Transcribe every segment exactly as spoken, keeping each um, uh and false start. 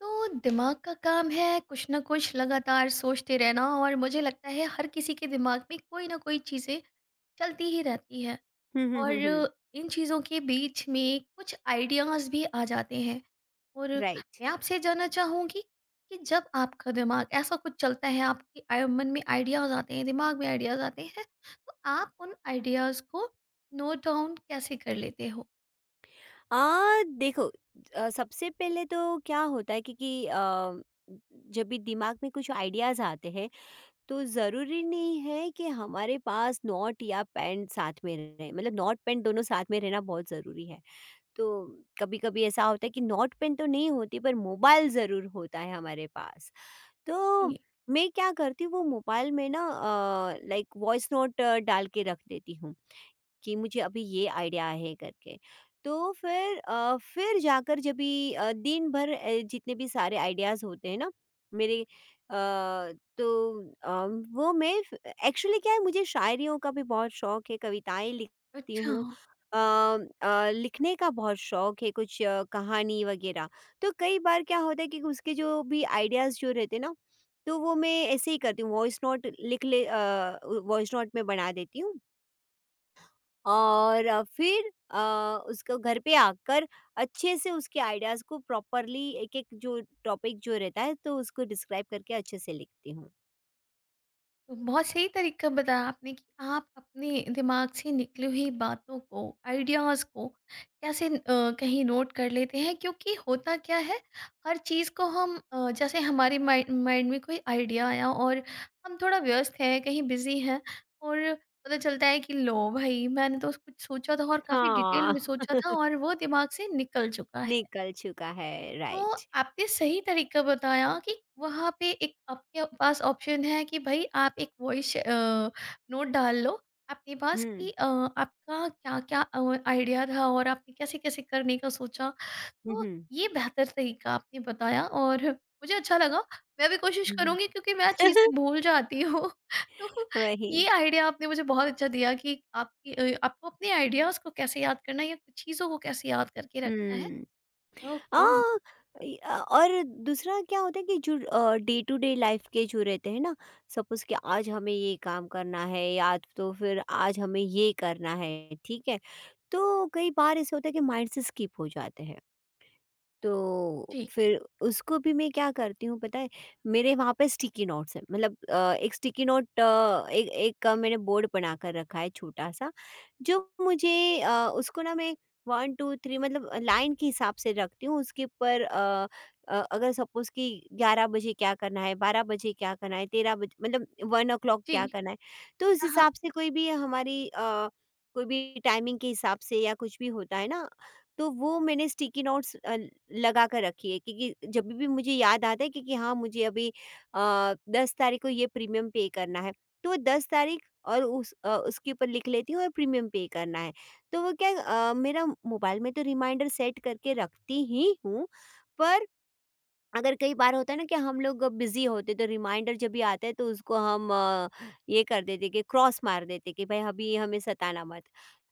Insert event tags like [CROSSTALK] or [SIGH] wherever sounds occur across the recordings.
तो दिमाग का काम है कुछ ना कुछ लगातार सोचते रहना और मुझे लगता है हर किसी के दिमाग में कोई ना कोई चीज़ें चलती ही रहती है। हुँ, हुँ, और हुँ, हुँ, इन चीज़ों के बीच में कुछ आइडियाज़ भी आ जाते हैं। और राइट। मैं आपसे जानना चाहूँगी कि जब आपका दिमाग ऐसा कुछ चलता है आपके आय- मन में आइडियाज़ आते हैं दिमाग में आइडियाज़ आते हैं तो आप उन आइडियाज़ को नोट डाउन कैसे कर लेते हो। अ, देखो। अ, सबसे पहले तो क्या होता है, क्योंकि अ, जब भी दिमाग में कुछ आइडियाज़ आते हैं, तो ज़रूरी नहीं है कि हमारे पास नोट या पेन साथ में रहे। मतलब नोट पेन दोनों साथ में रहना बहुत ज़रूरी है। तो कभी-कभी ऐसा होता है कि नोट पेन तो नहीं होती, पर मोबाइल ज़रूर होता है हमारे पास। तो ये। मैं क्या करती हूँ, वो मोबाइल में ना अ, लाइक वॉइस नोट डाल के रख देती हूँ। कि मुझे अभी ये आइडिया है करके। तो फिर अ, फिर जाकर जब भी अ, दिन भर अ, जितने भी सारे आइडियाज़ होते हैं ना मेरे अ, तो अ, वो मैं एक्चुअली क्या है, मुझे शायरियों का भी बहुत शौक है, कविताएँ लिखती अच्छा। हूँ। अ अ, लिखने का बहुत शौक है कुछ अ, कहानी वगैरह। तो कई बार क्या होता है कि उसके जो भी आइडियाज़ जो रहते हैं ना, तो वो मैं ऐसे ही करती हूँ वॉइस नोट लिख ले अ, वॉइस नोट में बना देती हूँ और अ, फिर अ, उसको घर पे आकर अच्छे से उसके आइडियाज़ को प्रॉपरली एक-एक जो टॉपिक जो रहता है, तो उसको डिस्क्राइब करके अच्छे से लिखती हूँ। बहुत सही तरीका बताया आपने कि आप अपने दिमाग से निकली हुई बातों को आइडियाज़ को कैसे अ, कहीं नोट कर लेते हैं क्योंकि होता क्या है हर चीज़ को हम अ, जैसे हमारे माइंड माइंड में कोई आइडिया आया और हम थोड़ा व्यस्त हैं कहीं बिजी हैं और पता चलता है कि लो भाई मैंने तो कुछ सोचा था और काफ़ी डिटेल में हाँ। सोचा था और वो दिमाग से निकल चुका है। निकल चुका है, तो राइट। आपने सही तरीका बताया कि वहाँ पे एक आपके पास ऑप्शन है कि भाई आप एक वॉइस नोट डाल लो आपके पास कि हुँ, अ, आपका क्या क्या आइडिया था और आपने कैसे कैसे करने का सोचा। हुँ, तो हुँ। ये बेहतर तरीका आपने बताया और मुझे अच्छा लगा। मैं भी कोशिश हुँ, हुँ। करूंगी क्योंकि मैं [LAUGHS] चीज़ें भूल जाती हूँ [LAUGHS] तो वही। ये आइडिया आपने मुझे बहुत अच्छा दिया कि आपकी अ, आपको अपने आइडियाज़ को कैसे याद करना है या कुछ चीज़ों को कैसे याद करके रखना है। हुँ। ओके। हाँ। ये- अ, और दूसरा क्या होता है कि जो डे टू डे लाइफ के जो रहते हैं ना, सपोज कि आज हमें ये काम करना है या तो फिर आज हमें ये करना है, ठीक है। तो कई बार ऐसे होता है कि माइंड से स्किप हो जाते हैं। तो जी। फिर उसको भी मैं क्या करती हूँ पता है, मेरे वहाँ पे स्टिकी नोट्स हैं। मतलब अ, एक स्टिकी नोट अ, एक एक अ, मैंने बोर्ड बना कर रखा है छोटा-सा, जो मुझे अ, उसको ना मैं एक, दो, तीन मतलब लाइन के हिसाब से रखती हूँ उसके ऊपर अ अ, अगर सपोज़ कि ग्यारह बजे क्या करना है, बारह बजे क्या करना है, तेरह बजे मतलब वन ओ क्लॉक जी। क्या करना है, तो उस हाँ, हाँ। हिसाब से कोई भी हमारी अ, कोई भी टाइमिंग के हिसाब से या कुछ भी होता है ना, तो वो मैंने स्टिकी नोट्स अ, लगा कर रखी है, क्योंकि जब भी मुझे याद आता है कि कि हाँ मुझे अभी अ, दस तारीख को ये प्रीमियम पे करना है। तो वो दस तारीख और उस अ, उसके ऊपर लिख लेती हूँ और प्रीमियम पे करना है। तो वो क्या अ, मेरा मोबाइल में तो रिमाइंडर सेट करके रखती ही हूँ, पर अगर कई बार होता है ना कि हम लोग बिजी होते, तो रिमाइंडर जब भी आता है, तो उसको हम अ, ये कर देते कि क्रॉस मार देते कि भाई अभी हमें सताना मत।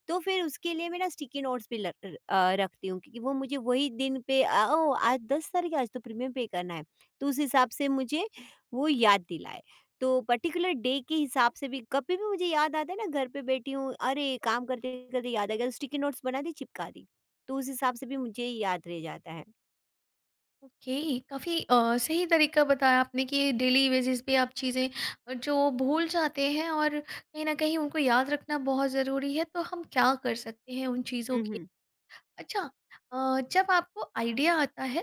तो फिर उसके लिए मैं ना स्टिकी नोट्स भी ल- र- अ, रखती हूँ, क्योंकि वो मुझे वही दिन पे अ, ओ आज दस तारीख है, आज तो प्रीमियम पे करना है। तो उस हिसाब से मुझे वो याद दिलाए। तो पर्टिकुलर डे के हिसाब से भी कभी भी मुझे याद आता है ना घर पे बैठी हूँ अरे काम करते करते याद आ गया, तो स्टिकी नोट्स बना दी चिपका दी। तो उस हिसाब से भी मुझे याद रह जाता है। ओके, काफ़ी अ, सही तरीका बताया आपने कि डेली बेसिस पे आप चीज़ें अ, जो भूल जाते हैं और कहीं न कहीं उनको याद रखना बहुत ज़रूरी है, तो हम क्या कर सकते हैं उन चीज़ों हम्म हम्म के। अच्छा। अ, जब आपको आइडिया आता है,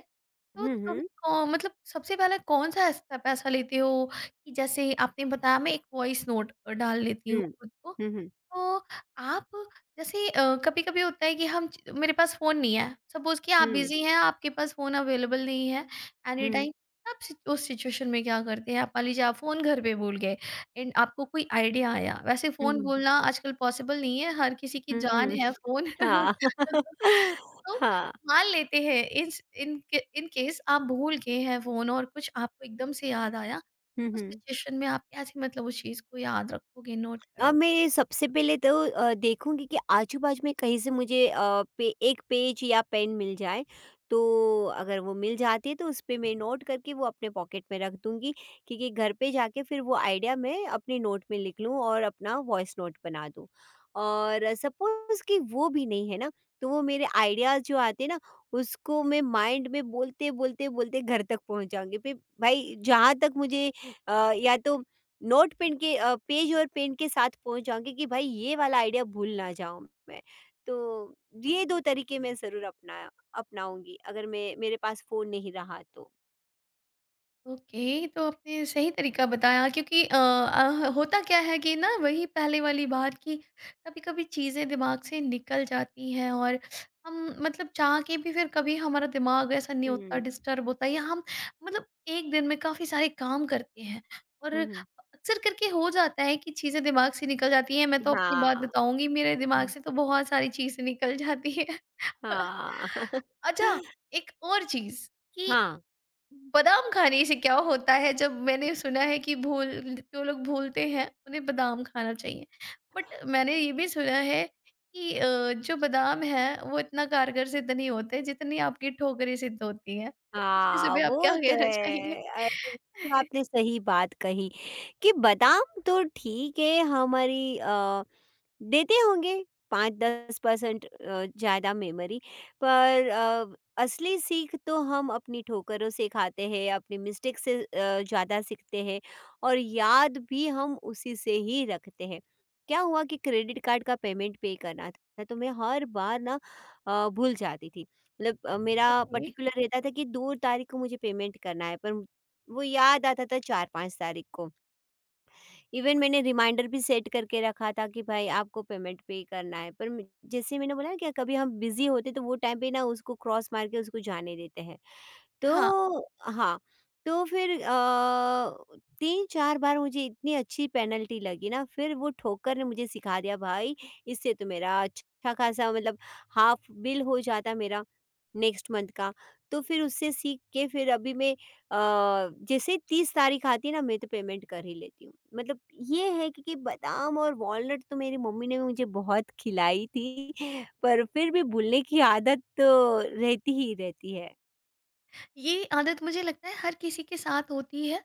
तो हम्म तुम्हें हम्म। कौ मतलब सबसे पहले कौन-सा स्टेप ऐसा लेते हो कि जैसे आपने बताया मैं एक वॉइस नोट अ, डाल लेती हूँ 嗯 खुद को। 哼哼 तो आप जैसे अ, कभी-कभी होता है कि हम च- मेरे पास फ़ोन नहीं है सपोज़ कि आप जी 嗯 बिज़ी हैं आपके पास फ़ोन अवेलेबल नहीं है। एनी 嗯 टाइम आप सि- उस सिचुएशन में क्या करते हैं आप मान लीजिए आप फ़ोन घर पे भूल गए। एंड आपको कोई आइडिया आया वैसे फ़ोन 嗯 भूलना आजकल पॉसिबल नहीं है हर किसी की 嗯 जान 嗯，है फ़ोन 哈，[LAUGHS] [LAUGHS] तो 哈 मान लेते हैं इस इन इन केस आप भूल गए हैं फ़ोन और कुछ आपको एकदम से याद आया। 嗯 उस 哼。सिचुएशन में आप कैसे मतलब उस चीज़ को याद रखोगे नोट। अब मैं सबसे पहले तो अ, देखूँगी कि आजू-बाजू में कहीं से मुझे अ, पे एक पेज या पेन मिल जाए। तो अगर वो मिल जाती है, तो उस पे मैं नोट करके वो अपने पॉकेट में रख दूँगी, क्योंकि घर पे जाके फिर वो आइडिया मैं अपने नोट में लिख लूँ और अपना वॉइस नोट बना दूँ। और सपोज़ कि वो भी नहीं है ना, तो वो मेरे आइडियाज़ जो आते हैं ना, उसको मैं माइंड में बोलते, बोलते, बोलते घर तक पहुँच जाऊँगी। फिर भाई जहाँ तक मुझे अ, या तो नोट पेन के अ, पेज और पेन के साथ पहुँच जाऊँगी कि भाई ये वाला आइडिया भूल ना जाऊँ मैं। तो ये दो तरीके मैं ज़रूर अपना अपनाऊँगी अगर मैं मेरे पास फ़ोन नहीं रहा तो। ओके, तो आपने सही तरीका बताया क्योंकि अ, अ, होता क्या है कि ना वही पहले वाली बात कि कभी-कभी चीज़ें दिमाग से निकल जाती हैं और हम मतलब चाह के भी फिर कभी हमारा दिमाग ऐसा नहीं होता हुँ। डिस्टर्ब होता है, या हम मतलब एक दिन में काफ़ी सारे काम करते हैं और हुँ, हुँ। अक्सर करके हो जाता है कि चीज़ें दिमाग से निकल जाती हैं मैं तो अपनी बात हाँ। बताऊंगी मेरे दिमाग हुँ, से तो बहुत सारी चीज़ें निकल जाती हैं [LAUGHS] हाँ। [LAUGHS] अच्छा। एक और चीज़ कि हाँ। बादाम खाने से क्या होता है जब मैंने सुना है कि भूल जो लोग भूलते हैं उन्हें बादाम खाना चाहिए। बट मैंने ये भी सुना है कि अ, जो बादाम हैं वो इतना कारगर सिद्ध नहीं होते जितनी आपकी ठोकरें सिद्ध होती हैं। तो इस विषय हाँ, पे आप क्या वो तो कहना चाहेंगे? है। अरे! तो [LAUGHS] आपने सही बात कही कि बादाम तो ठीक है हमारी अ, देते होंगे पाँच से दस परसेंट अ, ज़्यादा मेमोरी, पर अ, असली सीख तो हम अपनी ठोकरों से खाते हैं, अपनी मिस्टेक से अ, ज़्यादा सीखते हैं और याद भी हम उसी से ही रखते हैं। क्या हुआ कि क्रेडिट कार्ड का पेमेंट पे करना था, तो मैं हर बार ना अ, भूल जाती थी। मतलब अ, मेरा ओके, पर्टिकुलर रहता था कि दो तारीख को मुझे पेमेंट करना है, पर वो याद आता था चार पाँच तारीख को। इवन मैंने रिमाइंडर भी सेट करके रखा था कि भाई आपको पेमेंट पे करना है, पर मे- जैसे मैंने बोला ना कि कभी हम बिजी होते, तो वो टाइम पे ना उसको क्रॉस मार के उसको जाने देते हैं। हाँ। तो हाँ। तो फिर अ, तीन चार बार मुझे इतनी अच्छी पेनल्टी लगी ना फिर वो ठोकर ने मुझे सिखा दिया भाई। इससे तो मेरा अच्छा खासा मतलब हाफ बिल हो जाता मेरा नेक्स्ट मंथ का। तो फिर उससे सीख के फिर अभी मैं अ, जैसे तीस तारीख आती है ना मैं तो पेमेंट कर ही लेती हूँ। मतलब ये है कि, कि बादाम और वॉलनट तो मेरी मम्मी ने मुझे बहुत खिलाई थी, पर फिर भी भूलने की आदत तो रहती ही रहती है। ये आदत मुझे लगता है हर किसी के साथ होती है अ,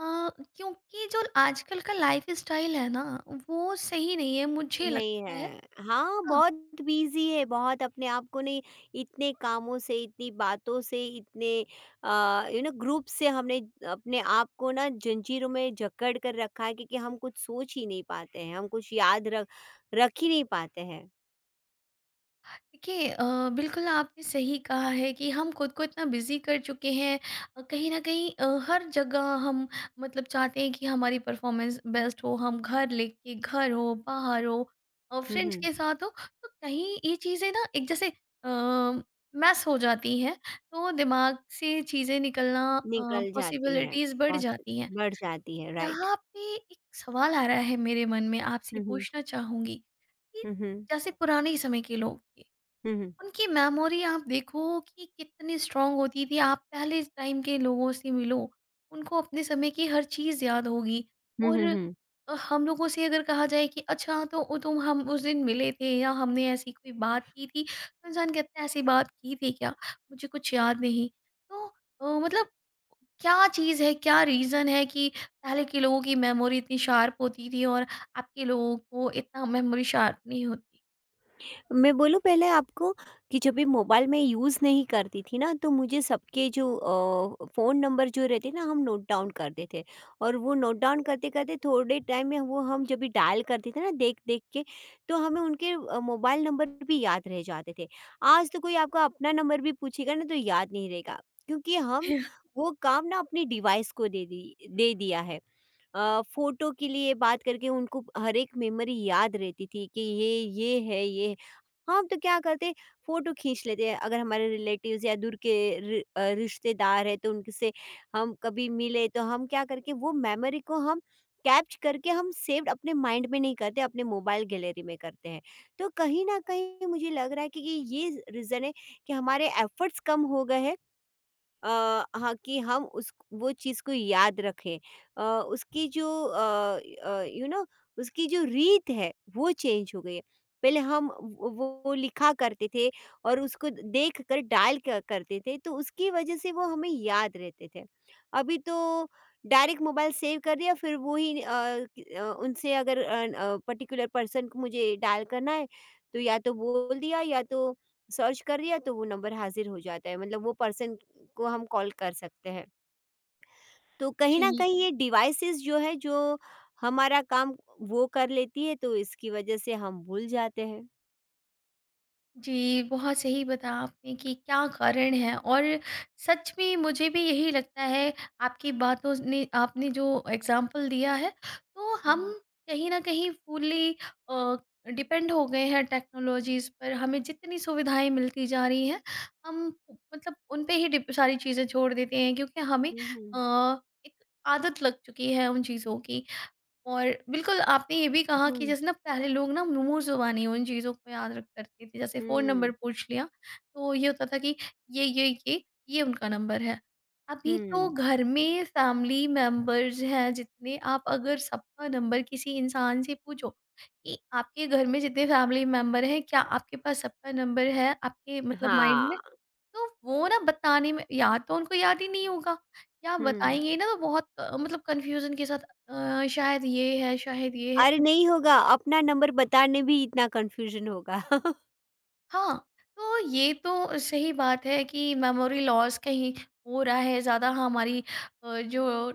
क्योंकि जो आजकल का लाइफ़स्टाइल है ना वो सही नहीं है मुझे नहीं लगता है। है। हाँ, बहुत बिज़ी है, बहुत अपने आप को नहीं इतने कामों से, इतनी बातों से, इतने अ, यू नो ग्रुप से हमने अपने आप को ना जंजीरों में जकड़ कर रखा है, क्योंकि हम कुछ सोच ही नहीं पाते हैं, हम कुछ याद रख रख ही नहीं पाते हैं। देखिए अ, बिल्कुल आपने सही कहा है कि हम खुद को इतना बिजी कर चुके हैं। अ, कहीं ना कहीं अ, हर जगह हम मतलब चाहते हैं कि हमारी परफॉर्मेंस बेस्ट हो हम घर लेके घर हो बाहर हो और हुँ, फ्रेंड्स के हुँ। साथ हो। तो कहीं ये चीज़ें ना एक जैसे मैस हो जाती हैं तो दिमाग से चीज़ें निकलना निकल जाती है, पॉसिबिलिटीज़ बढ़ बहुत जाती हैं। बढ़ जाती है, राइट। यहाँ पे एक सवाल आ रहा है मेरे मन में आपसे हम्म पूछना चाहूँगी कि हम्म हम्म जैसे पुराने समय के लोग थे हम्म उनकी मेमोरी आप देखो कि कितनी स्ट्रांग होती थी। आप पहले टाइम के लोगों से मिलो, उनको अपने समय की हर चीज़ याद होगी। हम्म हम्म और हम्म, अ, हम लोगों से अगर कहा जाए कि अच्छा तो वो तुम हम उस दिन मिले थे या हमने ऐसी कोई बात की थी, तो इंसान कहता है ऐसी बात की थी क्या? मुझे कुछ याद नहीं। तो अ, मतलब क्या चीज़ है, क्या रीज़न है कि पहले के लोगों की मेमोरी इतनी शार्प होती थी और अब के लोगों को इतना मेमोरी शार्प नहीं होती? मैं बोलूँ पहले आपको कि जब भी मोबाइल मैं यूज़ नहीं करती थी ना, तो मुझे सबके जो अ, फ़ोन नंबर जो रहते ना हम नोट डाउन करते थे। और वो नोट डाउन करते करते थोड़े टाइम में वो हम जब भी डायल करते थे ना देख देख के, तो हमें उनके अ, मोबाइल नंबर भी याद रह जाते थे। आज तो कोई आपका अपना नंबर भी पूछेगा ना तो याद नहीं रहेगा, क्योंकि हम [LAUGHS] वो काम ना अपने डिवाइस को दे दी दे दिया है। अ, फ़ोटो के लिए बात करके उनको हर एक मेमोरी याद रहती थी कि ये, ये है, ये हम तो क्या करते फ़ोटो खींच लेते हैं, अगर हमारे रिलेटिव्स या दूर के रि अ, रिश्तेदार हैं, तो उनसे हम कभी मिले, तो हम क्या करके वो मेमोरी को हम कैप्च करके हम सेव्ड अपने माइंड में नहीं करते, अपने मोबाइल गैलरी में करते हैं। तो कहीं न कहीं मुझे लग रहा है कि कि ये रीज़न है कि हमारे एफ़र्ट्स कम हो गए हैं, अ, हाँ, कि हम उस वो चीज़ को याद रखें। अ, उसकी जो अ अ, यू नो उसकी जो रीत है वो चेंज हो गई है। पहले हम वो वो लिखा करते थे और उसको देख कर डायल क करते थे, तो उसकी वजह से वो हमें याद रहते थे। अभी तो डायरेक्ट मोबाइल सेव कर दिया, फिर वो ही अ, कि- अ, उनसे अगर अ, पर्टिकुलर पर्सन को मुझे डायल करना है, तो या तो बोल दिया या तो सर्च कर लिया, तो वो नंबर हाज़िर हो जाता है, मतलब वो पर्सन को हम कॉल कर सकते हैं। तो कहीं न जी। कहीं ये डिवाइसेस जो है जो हमारा काम वो कर लेती है, तो इसकी वजह से हम भूल जाते हैं। जी, बहुत सही बताया आपने कि क्या कारण है और सच में मुझे भी यही लगता है। आपकी बातों ने आपने जो एग्ज़ाम्पल दिया है, तो हुँ, हम हुँ। कहीं न कहीं फुल्ली अ, डिपेंड हो गए हैं टेक्नोलॉजीज़ पर। हमें जितनी सुविधाएँ मिलती जा रही हैं, हम मतलब उन पे ही डिप सारी चीज़ें छोड़ देते हैं क्योंकि हमें अ, एक आदत लग चुकी है उन चीज़ों की। और बिल्कुल आपने ये भी कहा कि हुँ, जैसे ना पहले लोग ना मुंह जुबानी उन चीज़ों को याद रख करते थे जैसे फ़ोन नंबर हुँ, पूछ लिया। तो ये होता था कि ये ये ये ये उनका नंबर है। अभी तो हुँ। घर में फैमिली मेंबर्स हैं जितने आप अगर सबका नंबर किसी इंसान से पूछो कि आपके घर में जितने फैमिली मेंबर हैं क्या आपके पास सबका नंबर है आपके मतलब माइंड में। हाँ, तो वो ना बताने में या तो उनको याद ही नहीं होगा या हुँ। बताएँगे ना तो बहुत अ, मतलब कन्फ्यूज़न के साथ अ, शायद ये है, शायद ये है। अरे ऐसे नहीं कर- होगा अपना नंबर बताने भी इतना कन्फ्यूज़न होगा। [LAUGHS] हाँ। तो ये तो सही बात है कि मेमोरी लॉस कहीं हो रहा है ज़्यादा हमारी अ, जो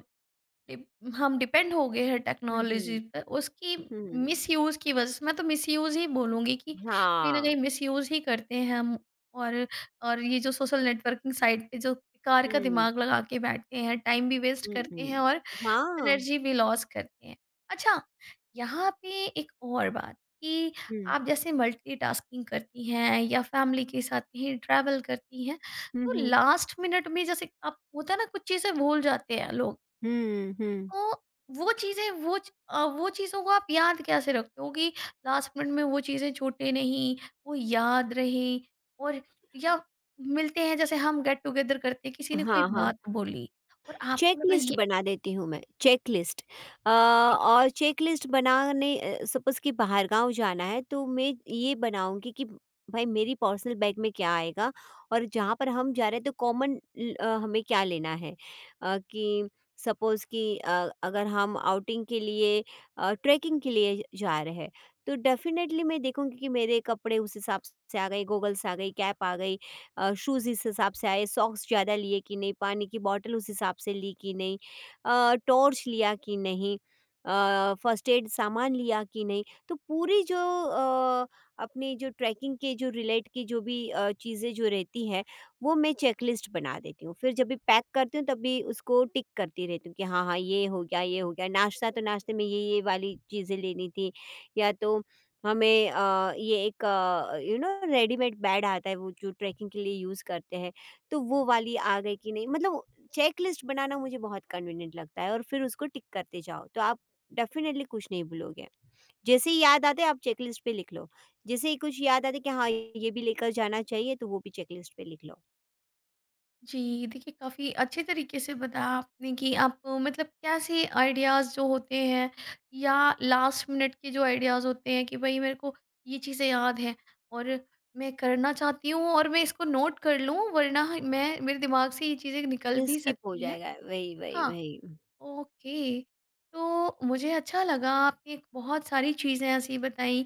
डिप- हम डिपेंड हो गए हैं हुँ, टेक्नोलॉजी हुँ, पर उसकी हुँ। मिसयूज की वजह से मैं तो मिसयूज ही बोलूंगी कि कहीं ना कहीं हाँ, मिसयूज ही करते हैं हम। और और ये जो सोशल नेटवर्किंग साइट पे जो बेकार का हुँ, दिमाग लगा के बैठते हैं टाइम भी वेस्ट हुँ, करते हैं हुँ। और हाँ, एनर्जी भी लॉस करते हैं। अच्छा। यहाँ पे एक और बात कि हुँ। आप जैसे मल्टीटास्किंग करती हैं या फैमिली के साथ कहीं ट्रैवल करती हैं। हुँ, तो हुँ। लास्ट मिनट में जैसे आप होता है ना कुछ चीजें भूल जाते हैं लोग। हुँ, हुँ। तो वो चीज़ें वो च अ, वो चीज़ों को आप याद कैसे रखते हो कि लास्ट मिनट में वो चीज़ें छूटे नहीं, वो याद रहें और या मिलते हैं जैसे हम गेट टुगेदर करते हैं, किसी ने कोई हाँ, हाँ। बात बोली और आपको लगा चेकलिस्ट ये। बना देती हूँ मैं, चेकलिस्ट अ, और चेकलिस्ट बनाने अ, सपोज़ कि बाहर गाँव जाना है, तो मैं ये बनाऊँगी कि भाई मेरी पर्सनल बैग में क्या आएगा और जहाँ पर हम जा रहे हैं तो कॉमन ल अ, हमें क्या लेना है। अ, कि सपोज़ कि अ, अगर हम आउटिंग के लिए अ, ट्रैकिंग के लिए जा रहे हैं, तो डेफ़िनेटली मैं देखूँगी कि मेरे कपड़े उस हिसाब से आ गए, गॉगल्स आ गई, कैप आ गई, अ, शूज़ इस हिसाब से आए, सॉक्स ज़्यादा लिए कि नहीं, पानी की बॉटल उस हिसाब से ली कि नहीं, अ, टॉर्च लिया कि नहीं, अ, फ़र्स्ट एड सामान लिया कि नहीं। तो पूरी जो अ, अपनी जो ट्रैकिंग के जो रिलेट की जो भी अ, चीज़ें जो रहती है, वो मैं चेकलिस्ट बना देती हूँ। फिर जब भी पैक करती हूँ, तब भी उसको टिक करती रहती हूँ कि हाँ, हाँ, ये हो गया, ये हो गया। नाश्ता तो नाश्ते में ये, ये वाली चीज़ें लेनी थी, या तो हमें अ, ये एक यू नो रेडीमेड बैग आता है वो जो ट्रैकिंग के लिए यूज़ करते हैं, तो वो वाली आ गई कि नहीं, मतलब चेकलिस्ट बनाना मुझे बहुत कन्वीनिएंट लगता है और फिर उसको टिक करते जाओ, तो आप डेफ़िनिटली कुछ नहीं भूलोगे। जैसे ही याद आते आप चेकलिस्ट पे लिख लो, जैसे ही कुछ याद आते कि हाँ, ये भी लेकर जाना चाहिए तो वो भी चेकलिस्ट पे लिख लो। जी, देखिए काफ़ी अच्छे तरीके से बताया आपने कि आप अ, मतलब कैसे आइडियाज़ जो होते हैं या लास्ट मिनट के जो आइडियाज़ होते हैं कि भाई मेरे को ये चीज़ें याद हैं और मैं करना चाहती हूँ और मैं इसको नोट कर लूँ वरना मैं मेरे दिमाग से ये चीज़ें निकल भी स्किप हो सकती हैं। जाएगा वही, वही, हाँ, वही। ओके। तो मुझे अच्छा लगा आपने एक बहुत सारी चीज़ें ऐसी बताई,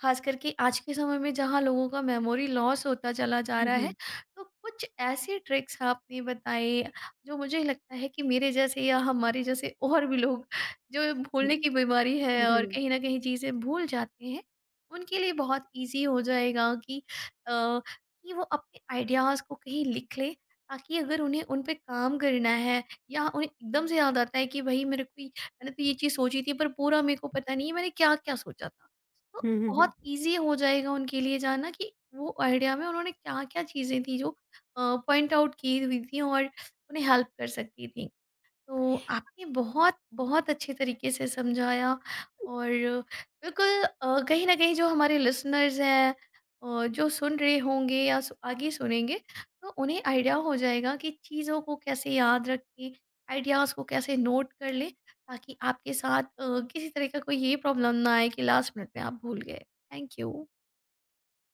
ख़ास करके आज के समय में जहाँ लोगों का मेमोरी लॉस होता चला जा हुँ, रहा है, हुँ, तो कुछ ऐसे ट्रिक्स आपने बताए जो मुझे लगता है कि मेरे जैसे या हमारे जैसे और भी लोग जो हुँ, भूलने की बीमारी है हुँ, और हुँ, कहीं न कहीं चीज़ें भूल जाते हैं, उनके लिए बहुत ईज़ी हो जाएगा कि अ, कि वो अपने आइडियाज़ को कहीं लिख लें ताकि अगर उन्हें उन पे काम करना है या उन्हें एकदम से याद आता है कि भाई मेरे को ये- मैंने तो ये चीज़ सोची थी पर पूरा मेरे को पता नहीं है मैंने क्या क्या सोचा था। तो हुँ, हुँ, बहुत हुँ। ईजी हो जाएगा उनके लिए जानना कि वो आइडिया में उन्होंने क्या क्या चीज़ें थी जो पॉइंट आउट की हुई थी और उन्हें हेल्प कर सकती थी। तो आपने बहुत बहुत अच्छे तरीके से समझाया। और बिल्कुल अ, कहीं ना कहीं जो हमारे लिसनर्स हैं अ, जो सुन रहे होंगे या सु- आगे सुनेंगे तो उन्हें आइडिया हो जाएगा कि चीज़ों को कैसे याद रखें। आइडियाज़ को कैसे नोट कर लें ताकि आपके साथ अ, किसी तरह का कोई ये प्रॉब्लम ना आए कि लास्ट मिनट में आप भूल गए। Thank you.